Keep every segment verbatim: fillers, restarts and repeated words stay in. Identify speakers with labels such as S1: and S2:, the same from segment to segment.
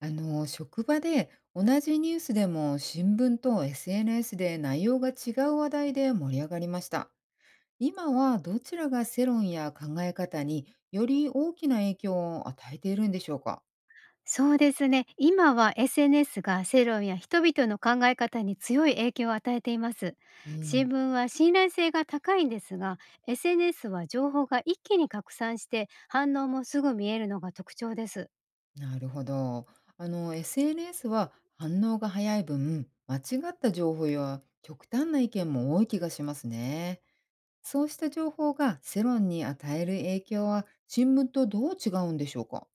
S1: あの職場で同じニュースでも新聞と エスエヌエス で内容が違う話題で盛り上がりました。今はどちらが世論や考え方により大きな影響を与えているんでしょうか？
S2: そうですね。今は エスエヌエス が世論や人々の考え方に強い影響を与えています。
S1: う
S2: 新
S1: ん、
S2: 聞は信頼性が高いんですが、エスエヌエス は情報が一気に拡散して反応もすぐ見えるのが特徴です。
S1: なるほど。あの エスエヌエス は反応が早い分間違った情報や極端な意見も多い気がしますね。そうした情報が世論に与える影響は新聞とどう違うんでしょうか？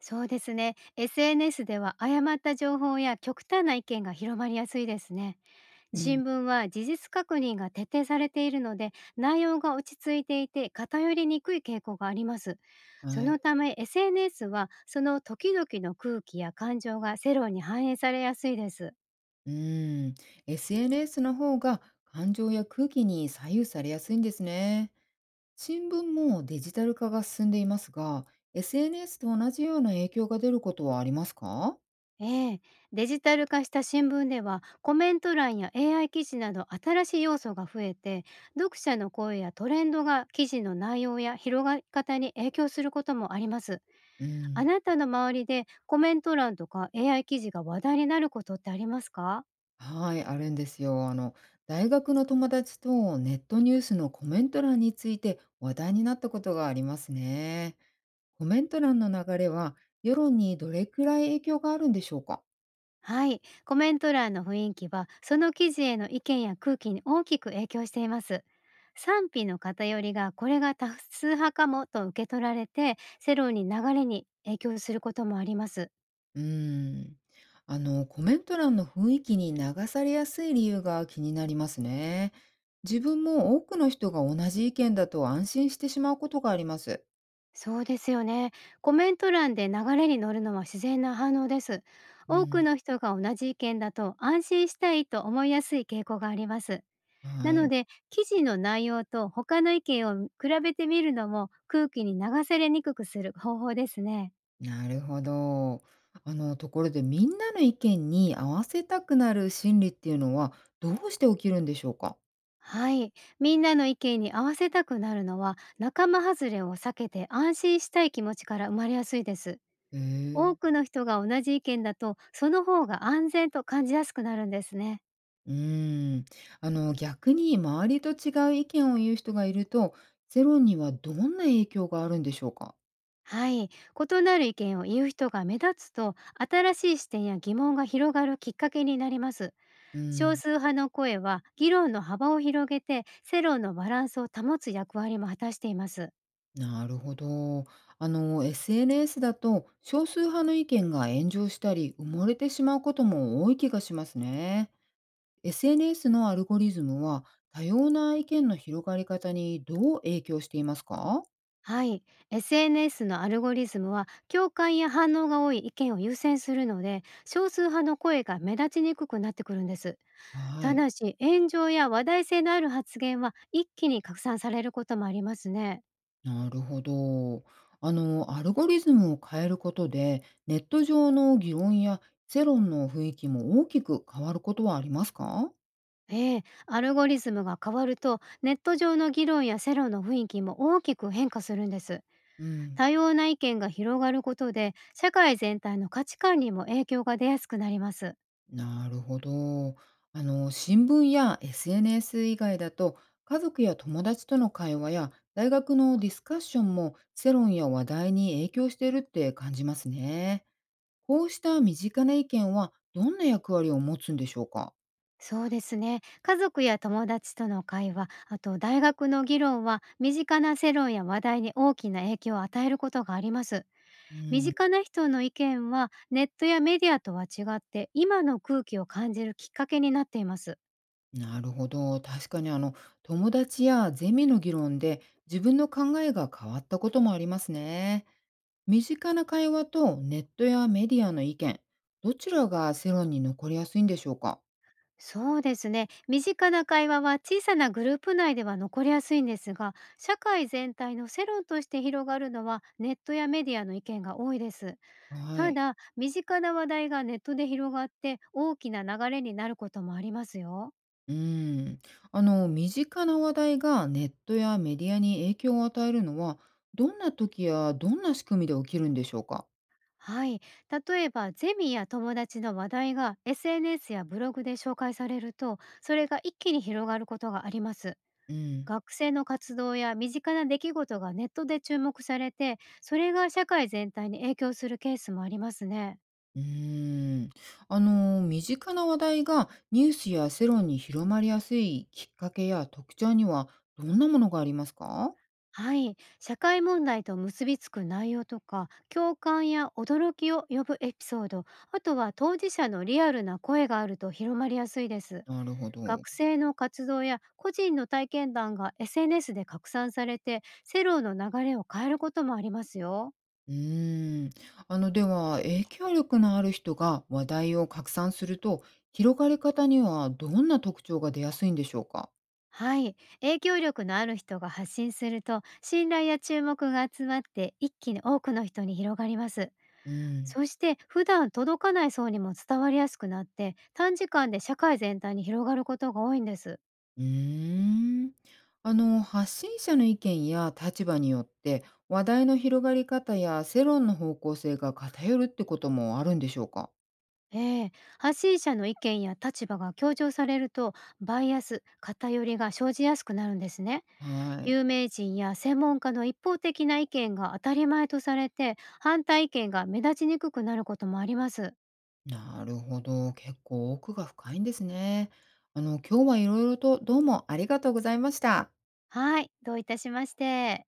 S2: そうですね。エスエヌエス では誤った情報や極端な意見が広まりやすいですね。
S1: うん、
S2: 新聞は事実確認が徹底されているので内容が落ち着いていて偏りにくい傾向があります。そ
S1: はい。
S2: のため エスエヌエス はその時々の空気や感情が世論に反映されやすいです。
S1: うーん、エスエヌエス の方が感情や空気に左右されやすいんですね。新聞もデジタル化が進んでいますが、エスエヌエス と同じような影響が出ることはありますか？
S2: ええ、デジタル化した新聞ではコメント欄や エーアイ 記事など新しい要素が増えて、読者の声やトレンドが記事の内容や広がり方に影響することもあります。
S1: う
S2: あ
S1: ん。
S2: なたの周りでコメント欄とか エーアイ 記事が話題になることってありますか？
S1: はい、あるんですよ。あの、大学の友達とネットニュースのコメント欄について話題になったことがありますね。コメント欄の流れは世論にどれくらい影響があるんでしょうか？
S2: はい、コメント欄の雰囲気はその記事への意見や空気に大きく影響しています。賛否の偏りがこれが多数派かもと受け取られて世論に流れに影響することもあります。
S1: うーん。あの、コメント欄の雰囲気に流されやすい理由が気になりますね。自分も多くの人が同じ意見だと安心してしまうことがあります。
S2: そうですよね。コメント欄で流れに乗るのは自然な反応です。
S1: う
S2: 多く
S1: ん、
S2: の人が同じ意見だと安心したいと思いやすい傾向があります。な
S1: は
S2: の
S1: い。
S2: で、記事の内容と他の意見を比べてみるのも空気に流されにくくする方法ですね。
S1: なるほど。あの、ところでみんなの意見に合わせたくなる心理っていうのはどうして起きるんでしょうか？
S2: はい。みんなの意見に合わせたくなるのは仲間外れを避けて安心したい気持ちから生まれやすいです。
S1: へ
S2: 多
S1: え。
S2: くの人が同じ意見だとその方が安全と感じやすくなるんですね。
S1: うーん。あの、逆に周りと違う意見を言う人がいると、世論にはどんな影響があるんでしょうか？
S2: はい。異なる意見を言う人が目立つと新しい視点や疑問が広がるきっかけになります。
S1: う
S2: 少
S1: ん。
S2: 数派の声は議論の幅を広げて世論のバランスを保つ役割も果たしています。
S1: なるほど。あの、エスエヌエス だと少数派の意見が炎上したり埋もれてしまうことも多い気がしますね。エスエヌエス のアルゴリズムは多様な意見の広がり方にどう影響していますか？
S2: はい、エスエヌエス のアルゴリズムは共感や反応が多い意見を優先するので少数派の声が目立ちにくくなってくるんです。
S1: は
S2: た
S1: い。
S2: だし炎上や話題性のある発言は一気に拡散されることもありますね。
S1: なるほど。あの、アルゴリズムを変えることでネット上の議論や世論の雰囲気も大きく変わることはありますか？
S2: ええ、アルゴリズムが変わるとネット上の議論や世論の雰囲気も大きく変化するんです。
S1: うん。
S2: 多様な意見が広がることで社会全体の価値観にも影響が出やすくなります。
S1: なるほど。あの、新聞や エスエヌエス 以外だと、家族や友達との会話や大学のディスカッションも世論や話題に影響しているって感じますね。こうした身近な意見はどんな役割を持つんでしょうか？
S2: そうですね、家族や友達との会話、あと大学の議論は身近な世論や話題に大きな影響を与えることがあります。
S1: う
S2: 身
S1: ん、
S2: 近な人の意見はネットやメディアとは違って今の空気を感じるきっかけになっています。
S1: なるほど。確かにあの、友達やゼミの議論で自分の考えが変わったこともありますね。身近な会話とネットやメディアの意見、どちらが世論に残りやすいんでしょうか？
S2: そうですね。身近な会話は小さなグループ内では残りやすいんですが、社会全体の世論として広がるのはネットやメディアの意見が多いです。
S1: は
S2: た
S1: い。
S2: だ、身近な話題がネットで広がって大きな流れになることもありますよ。
S1: うーん。あの、身近な話題がネットやメディアに影響を与えるのは、どんな時やどんな仕組みで起きるんでしょうか？
S2: はい。例えば、ゼミや友達の話題が エスエヌエス やブログで紹介されると、それが一気に広がることがあります。
S1: うん。
S2: 学生の活動や身近な出来事がネットで注目されて、それが社会全体に影響するケースもありますね。
S1: うーん。あの、身近な話題がニュースや世論に広まりやすいきっかけや特徴にはどんなものがありますか？
S2: はい、社会問題と結びつく内容とか共感や驚きを呼ぶエピソード、あとは当事者のリアルな声があると広まりやすいです。
S1: なるほど。
S2: 学生の活動や個人の体験談が エスエヌエス で拡散されて世論の流れを変えることもありますよ。
S1: うーん。あの、では、影響力のある人が話題を拡散すると、広がり方にはどんな特徴が出やすいんでしょうか？
S2: はい。影響力のある人が発信すると、信頼や注目が集まって一気に多くの人に広がります。
S1: うん。
S2: そして普段届かない層にも伝わりやすくなって、短時間で社会全体に広がることが多いんです。
S1: うーん。あの、発信者の意見や立場によって、話題の広がり方や世論の方向性が偏るってこともあるんでしょうか？
S2: ええ、発信者の意見や立場が強調されると、バイアス、偏りが生じやすくなるんですね。
S1: はい。
S2: 有名人や専門家の一方的な意見が当たり前とされて、反対意見が目立ちにくくなることもあります。
S1: なるほど。結構奥が深いんですね。あの、今日はいろいろとどうもありがとうございました。
S2: はい。どういたしまして。